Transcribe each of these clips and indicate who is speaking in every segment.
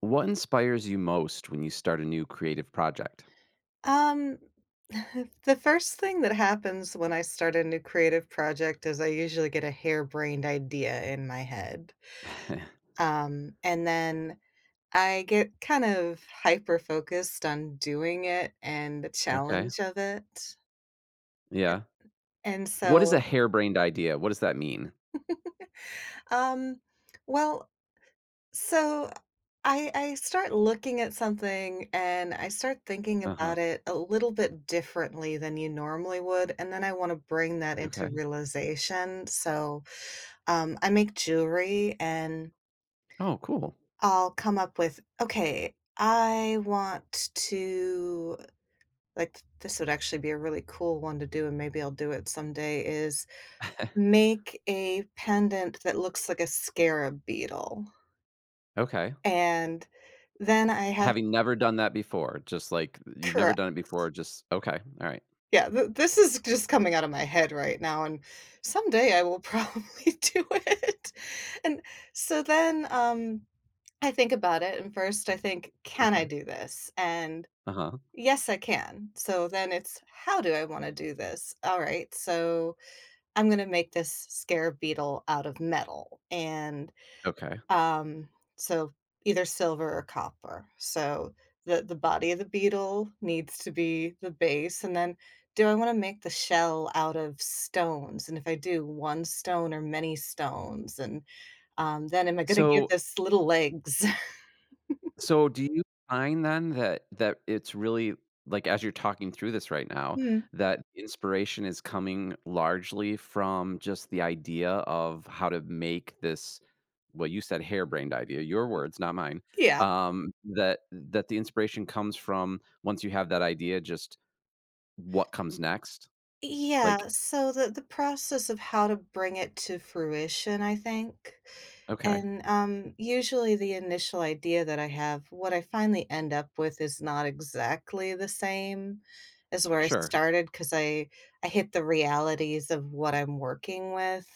Speaker 1: What inspires you most when you start a new creative project?
Speaker 2: Um, the first thing that happens when I start a new creative project is I usually get a harebrained idea in my head. And then I get kind of hyper focused on doing it and the
Speaker 1: Okay.
Speaker 2: challenge of it.
Speaker 1: Yeah.
Speaker 2: And
Speaker 1: What is a
Speaker 2: so,
Speaker 1: harebrained idea? What does that mean?
Speaker 2: um, well, So I start looking at something and I start thinking
Speaker 1: Uh-huh.
Speaker 2: about it a little bit differently than you normally would, and then I want to bring that into
Speaker 1: Okay.
Speaker 2: realization. I make jewelry, and
Speaker 1: Oh, cool.
Speaker 2: I'll come up with, okay, I want to, like, this would actually be a really cool one to do, and maybe I'll do it someday, is make a pendant that looks like a scarab beetle.
Speaker 1: Okay.
Speaker 2: And then I have
Speaker 1: Having never done that before, just like you've never
Speaker 2: sure.
Speaker 1: done it before, just okay. All right.
Speaker 2: Yeah, th this is just coming out of my head right now, and someday I will probably do it. And so then, I think about it, and first I think, "Can I
Speaker 1: Okay.
Speaker 2: do this?" And,
Speaker 1: Uh-huh.
Speaker 2: yes, I can. So then it's, "How do I wanna do this?" Alright, so I'm gonna make this scare beetle out of metal, and
Speaker 1: Okay.
Speaker 2: um, so either silver or copper. So the body of the beetle needs to be the base, and then do I want to make the shell out of stones? And if I do, one stone or many stones? And then am I going to give
Speaker 1: So
Speaker 2: this little legs?
Speaker 1: Do you find then that it's really like, as you're talking through this right now,
Speaker 2: Hmm,
Speaker 1: that inspiration is coming largely from just the idea of how to make this well, you said harebrained idea, your words, not mine,
Speaker 2: yeah.
Speaker 1: that the inspiration comes from once you have that idea, just what comes next?
Speaker 2: Yeah,
Speaker 1: Like,
Speaker 2: so the process of how to bring it to fruition, I think,
Speaker 1: okay,
Speaker 2: and, usually the initial idea that I have, what I finally end up with is not exactly the same as where I
Speaker 1: sure,
Speaker 2: started, because I hit the realities of what I'm working with,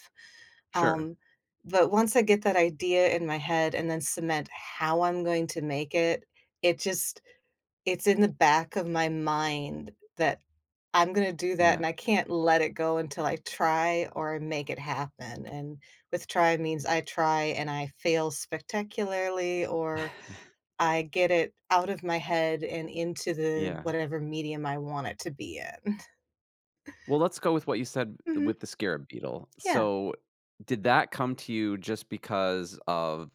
Speaker 1: sure.
Speaker 2: um, but once I get that idea in my head and then cement how I'm going to make it, it just it's in the back of my mind that I'm gonna do that,
Speaker 1: Yeah,
Speaker 2: and I can't let it go until I try or I make it happen, and with try means I try and I fail spectacularly, or I get it out of my head and into the
Speaker 1: yeah.
Speaker 2: whatever medium I want it to be in.
Speaker 1: Well, let's go with what you said
Speaker 2: Mhm,
Speaker 1: with the scarab beetle.
Speaker 2: yeah.
Speaker 1: So, did that come to you just because of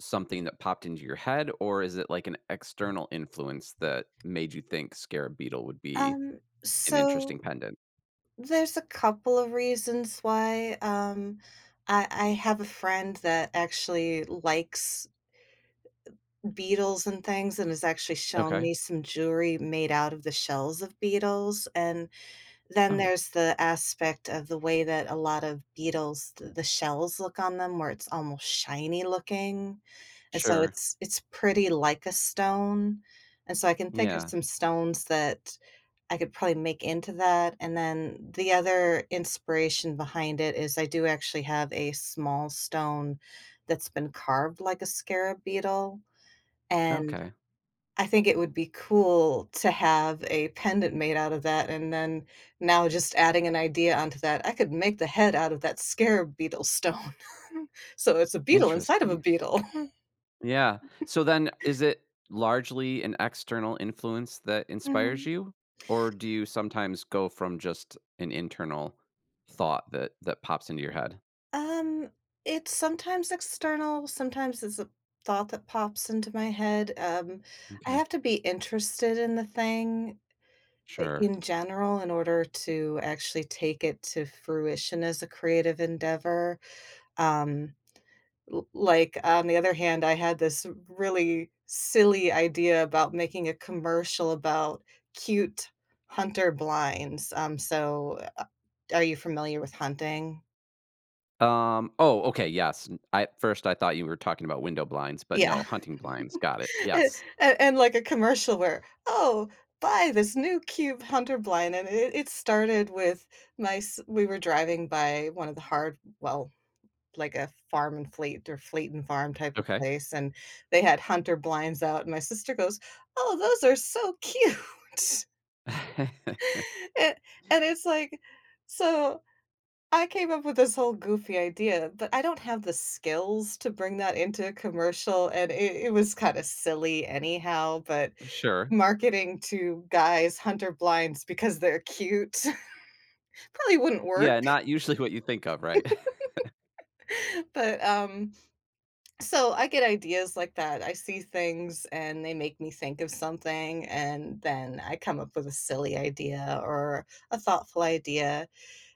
Speaker 1: something that popped into your head, or is it like an external influence that made you think scarab beetle would be
Speaker 2: Um,
Speaker 1: an
Speaker 2: so
Speaker 1: interesting pendant?
Speaker 2: there's a couple of reasons why, um, I have a friend that actually likes beetles and things and has actually shown
Speaker 1: Okay.
Speaker 2: me some jewelry made out of the shells of beetles, and then
Speaker 1: Oh,
Speaker 2: there's the aspect of the way that a lot of beetles, the shells look on them where it's almost shiny looking, and so
Speaker 1: sure.
Speaker 2: it's pretty like a stone, and so I can think of
Speaker 1: Yeah.
Speaker 2: some stones that I could probably make into that, and then the other inspiration behind it is I do actually have a small stone that's been carved like a scarab beetle, and
Speaker 1: Okay.
Speaker 2: I think it would be cool to have a pendant made out of that, and then now just adding an idea onto that, I could make the head out of that scarab beetle stone. So it's a beetle inside of a
Speaker 1: Interesting.
Speaker 2: beetle.
Speaker 1: Yeah. So then, is it largely an external influence that inspires
Speaker 2: Mhm.
Speaker 1: you, or do you sometimes go from just an internal thought that pops into your head?
Speaker 2: Um, it's sometimes external, sometimes it's a thought that pops into my head. I
Speaker 1: Okay.
Speaker 2: have to be interested in the thing I
Speaker 1: Sure.
Speaker 2: in general in order to actually take it to fruition as a creative endeavor. Um L like, on the other hand, I had this really silly idea about making a commercial about cute hunter blinds, so, are you familiar with hunting?
Speaker 1: Oh, okay, yes. N I first, I thought you were talking about window blinds, but no,
Speaker 2: Yeah,
Speaker 1: hunting blinds, got it,
Speaker 2: and
Speaker 1: yes.
Speaker 2: and like, a commercial where, "Oh, buy this new cube hunter blind," and it started with my s we were driving by one of the hard well, like a farm and fleet or fleet and farm type of
Speaker 1: Okay.
Speaker 2: place, and they had hunter blinds out, and my sister goes, "Oh, those are so cute." And and it's like so I came up with this whole goofy idea, but I don't have the skills to bring that into a commercial, and it was kinda silly anyhow, but
Speaker 1: Sure.
Speaker 2: marketing to guys hunter blinds because they're cute probably wouldn't work,
Speaker 1: Yeah, not usually what you think of, right?
Speaker 2: but, so I get ideas like that. I see things and they make me think of something, and then I come up with a silly idea or a thoughtful idea.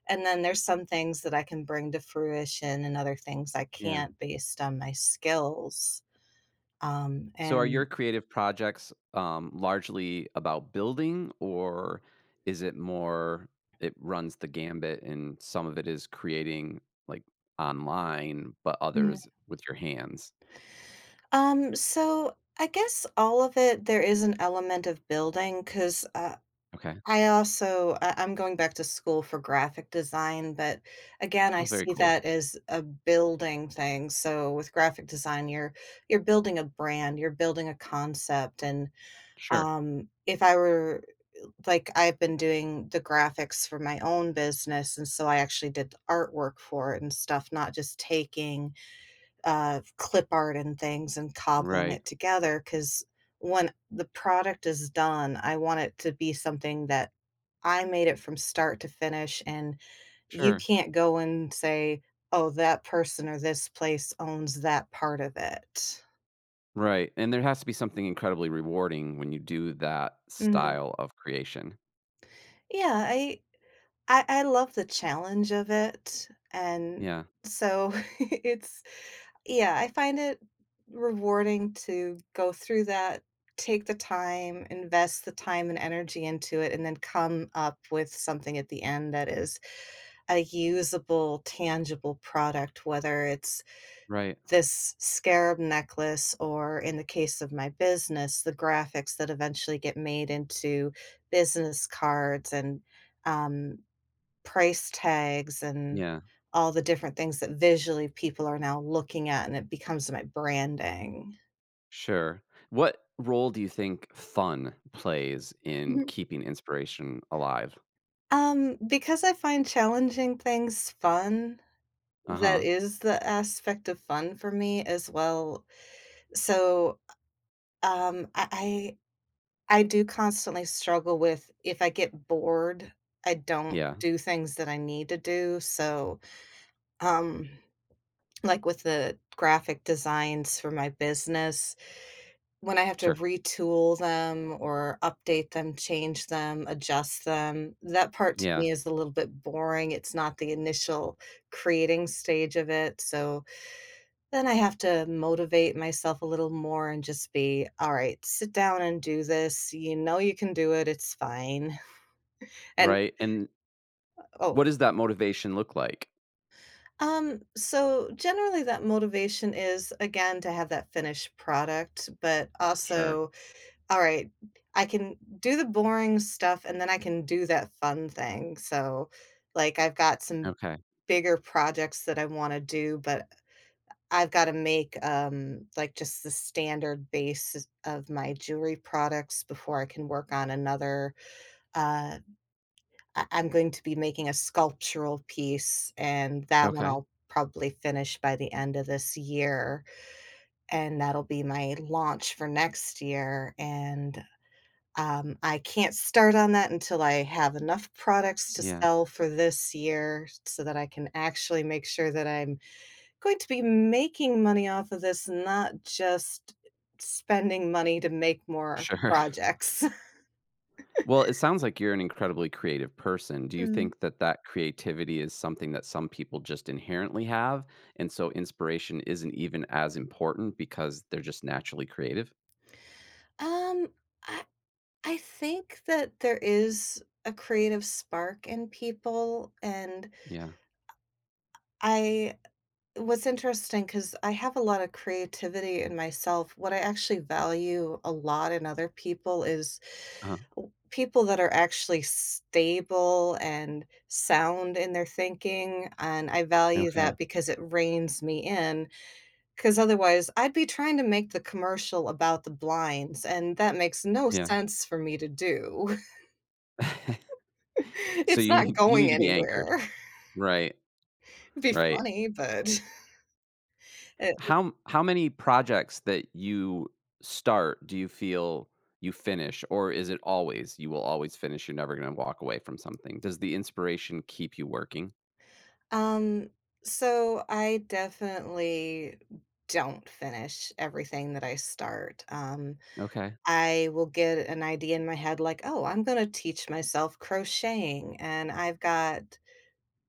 Speaker 2: And then there's some things that I can bring to fruition and other things I
Speaker 1: Yeah.
Speaker 2: can't based on my skills.
Speaker 1: So are your
Speaker 2: And
Speaker 1: creative projects, largely about building, or is it more it runs the gambit and some of it is creating, like, online, but
Speaker 2: Mm.
Speaker 1: others with your hands?
Speaker 2: So I guess all of it, there is an element of building because
Speaker 1: Okay.
Speaker 2: I also I'm going back to school for graphic design, but again, I
Speaker 1: Oh, very
Speaker 2: see
Speaker 1: cool.
Speaker 2: that as a building thing. So with graphic design, you're building a brand, you're building a concept, and
Speaker 1: Sure.
Speaker 2: if I were, like, I've been doing the graphics for my own business, and so I actually did the artwork for it and stuff, not just taking clip art and things and cobbling
Speaker 1: Right.
Speaker 2: it together because when the product is done, I want it to be something that I made it from start to finish, and you
Speaker 1: Sure.
Speaker 2: can't go and say, "Oh, that person or this place owns that part of it."
Speaker 1: Right, and there has to be something incredibly rewarding when you do that
Speaker 2: Mhm.
Speaker 1: style of creation.
Speaker 2: Yeah, I love the challenge of it, and
Speaker 1: Yeah,
Speaker 2: so it's yeah, I find it rewarding to go through that, take the time, invest the time and energy into it, and then come up with something at the end that is a usable, tangible product, whether it's
Speaker 1: right.
Speaker 2: this scarab necklace or, in the case of my business, the graphics that eventually get made into business cards and, um, price tags and
Speaker 1: Yeah,
Speaker 2: all the different things that visually people are now looking at, and it becomes my branding.
Speaker 1: sure. What role do you think fun plays in
Speaker 2: Mhm.
Speaker 1: keeping inspiration alive?
Speaker 2: Because I find challenging things fun, that
Speaker 1: Uh-huh.
Speaker 2: is the aspect of fun for me as well. So, um, I I I do constantly struggle with if I get bored, I don't
Speaker 1: Yeah,
Speaker 2: do things that I need to do, so, um, like with the graphic designs for my business. When I have to
Speaker 1: sure.
Speaker 2: retool them or update them, change them, adjust them, that part to
Speaker 1: Yeah,
Speaker 2: me is a little bit boring, it's not the initial creating stage of it, so then I have to motivate myself a little more and just be, "Alright, sit down and do this, you know you can do it, it's fine." And
Speaker 1: right, and
Speaker 2: oh,
Speaker 1: what does that motivation look like?
Speaker 2: so generally that motivation is, again, to have that finished product, but
Speaker 1: Sure.
Speaker 2: also alright, I can do the boring stuff and then I can do that fun thing, so, like, I've got some
Speaker 1: Okay.
Speaker 2: bigger projects that I wanna do, but I've gotta make, like, just the standard base of my jewelry products before I can work on another, uh, I'm going to be making a sculptural piece, and that one
Speaker 1: Okay.
Speaker 2: I'll probably finish by the end of this year, and that'll be my launch for next year, and I can't start on that until I have enough products to
Speaker 1: Yeah,
Speaker 2: sell for this year so that I can actually make sure that I'm going to be making money off of this, not just spending money to make more
Speaker 1: sure.
Speaker 2: projects.
Speaker 1: Well, it sounds like you're an incredibly creative person. Do you
Speaker 2: Mm.
Speaker 1: think that creativity is something that some people just inherently have, and so inspiration isn't even as important because they're just naturally creative?
Speaker 2: Um, I I think that there is a creative spark in people, and
Speaker 1: Yeah.
Speaker 2: I what's interesting, because I have a lot of creativity in myself, what I actually value a lot in other people is
Speaker 1: Uh-huh.
Speaker 2: w people that are actually stable and sound in their thinking, and I value
Speaker 1: Okay.
Speaker 2: that because it reins me in. Because otherwise, I'd be trying to make the commercial about the blinds, and that makes no
Speaker 1: Yeah.
Speaker 2: sense for me to do.
Speaker 1: So
Speaker 2: It's
Speaker 1: you
Speaker 2: not
Speaker 1: need you need
Speaker 2: going
Speaker 1: to be anchored.
Speaker 2: anywhere.
Speaker 1: Right.
Speaker 2: It'd be
Speaker 1: Right.
Speaker 2: funny, but
Speaker 1: How how many projects that you start do you feel you finish, or is it always you will always finish you're never going to walk away from something? Does the inspiration keep you working?
Speaker 2: Um, so I definitely don't finish everything that I start.
Speaker 1: Okay.
Speaker 2: I will get an idea in my head like, "Oh, I'm gonna teach myself crocheting," and I've got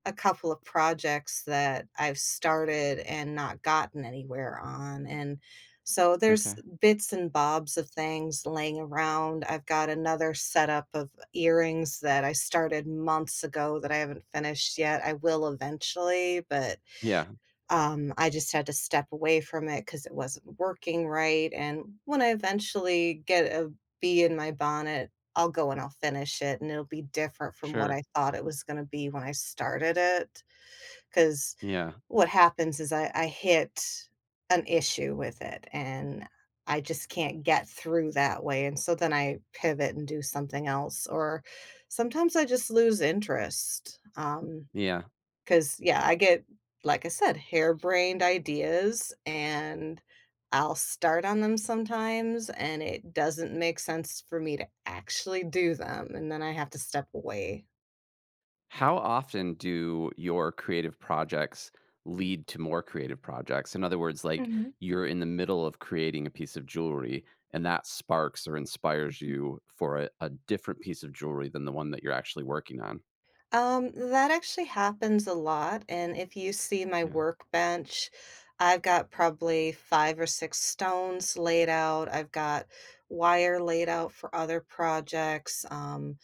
Speaker 2: a couple of projects that I've started and not gotten anywhere on. And so there's
Speaker 1: Okay.
Speaker 2: bits and bobs of things laying around. I've got another setup of earrings that I started months ago that I haven't finished yet. I will eventually, but
Speaker 1: Yeah.
Speaker 2: I just had to step away from it because it wasn't working right. And when I eventually get a bee in my bonnet, I'll go and I'll finish it, and it'll be different from what
Speaker 1: Sure.
Speaker 2: I thought it was going to be when I started it. 'Cause
Speaker 1: Yeah.
Speaker 2: what happens is I hit an issue with it, and I just can't get through that way, and so then I pivot and do something else, or sometimes I just lose interest.
Speaker 1: Yeah.
Speaker 2: Because yeah, I get, like I said, harebrained ideas, and I'll start on them sometimes, and it doesn't make sense for me to actually do them, and then I have to step away.
Speaker 1: How often do your creative projects lead to more creative projects? In other words, like you're in the middle of creating a piece of jewelry and that sparks or inspires you for a different piece of jewelry than the one that you're actually working on.
Speaker 2: That actually happens a lot, and if you see my
Speaker 1: Yeah.
Speaker 2: workbench, I've got probably 5 or 6 stones laid out, I've got wire laid out for other projects,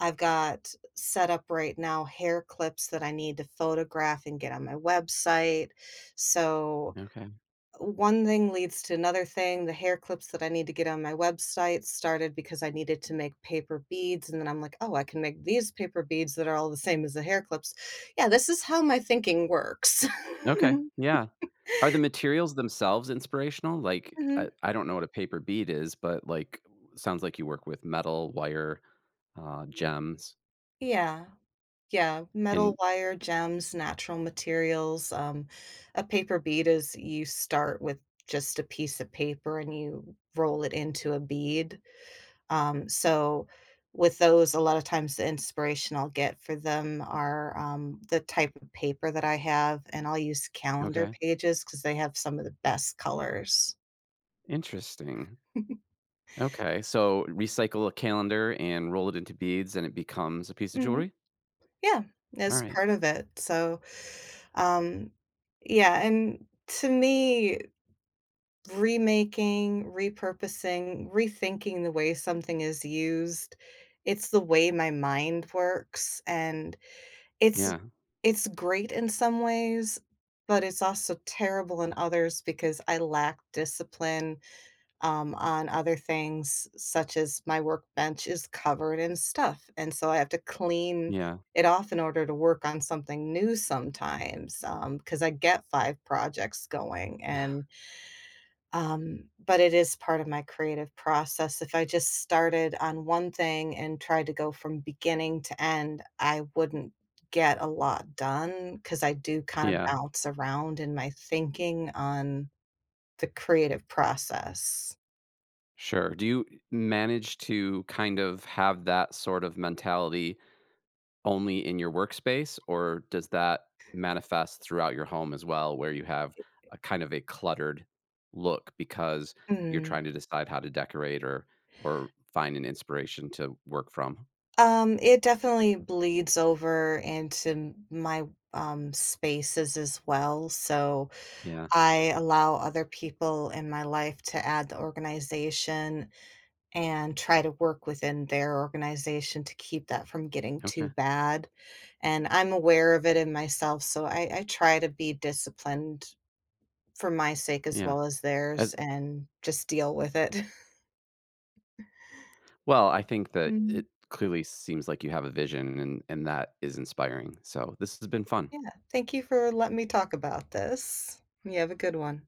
Speaker 2: I've got set up right now hair clips that I need to photograph and get on my website, so
Speaker 1: Okay.
Speaker 2: one thing leads to another thing. The hair clips that I need to get on my website started because I needed to make paper beads, and then I'm like, "Oh, I can make these paper beads that are all the same as the hair clips." Yeah, this is how my thinking works.
Speaker 1: Okay. Yeah. Are the materials themselves inspirational? Like, I,
Speaker 2: Mhm.
Speaker 1: I don't know what a paper bead is, but like, sounds like you work with metal, wire, gems.
Speaker 2: Yeah. Yeah, metal
Speaker 1: And
Speaker 2: wire, gems, natural materials, a paper bead is you start with just a piece of paper and you roll it into a bead. Um, so with those, a lot of times the inspiration I'll get for them are the type of paper that I have, and I'll use calendar
Speaker 1: okay,
Speaker 2: pages because they have some of the best colors.
Speaker 1: interesting. Okay, so recycle a calendar and roll it into beads and it becomes a piece of
Speaker 2: Hmm
Speaker 1: jewelry?
Speaker 2: Yeah,
Speaker 1: All
Speaker 2: as
Speaker 1: right.
Speaker 2: part of it. So, um, yeah, and to me, remaking, repurposing, rethinking the way something is used, it's the way my mind works. And it's
Speaker 1: Yeah.
Speaker 2: great in some ways, but it's also terrible in others because I lack discipline, on other things, such as my workbench is covered in stuff, and so I have to clean
Speaker 1: Yeah.
Speaker 2: it off in order to work on something new sometimes, because I get 5 projects going, and but it is part of my creative process. If I just started on one thing and tried to go from beginning to end, I wouldn't get a lot done because I do kind of
Speaker 1: Yeah.
Speaker 2: bounce around in my thinking on the creative process.
Speaker 1: Sure. Do you manage to kind of have that sort of mentality only in your workspace, or does that manifest throughout your home as well, where you have a kind of a cluttered look because you're
Speaker 2: Mm.
Speaker 1: trying to decide how to decorate or find an inspiration to work from?
Speaker 2: It definitely bleeds over into my spaces as well. So
Speaker 1: Yeah.
Speaker 2: I allow other people in my life to add the organization and try to work within their organization to keep that from getting too
Speaker 1: Okay.
Speaker 2: bad. And I'm aware of it in myself, so I try to be disciplined for my sake as
Speaker 1: Yeah.
Speaker 2: well as theirs
Speaker 1: As
Speaker 2: and just deal with it.
Speaker 1: Well, I think that it
Speaker 2: Mm,
Speaker 1: clearly seems like you have a vision and that is inspiring. So, this has been fun.
Speaker 2: yeah, thank you for letting me talk about this. You have a good one.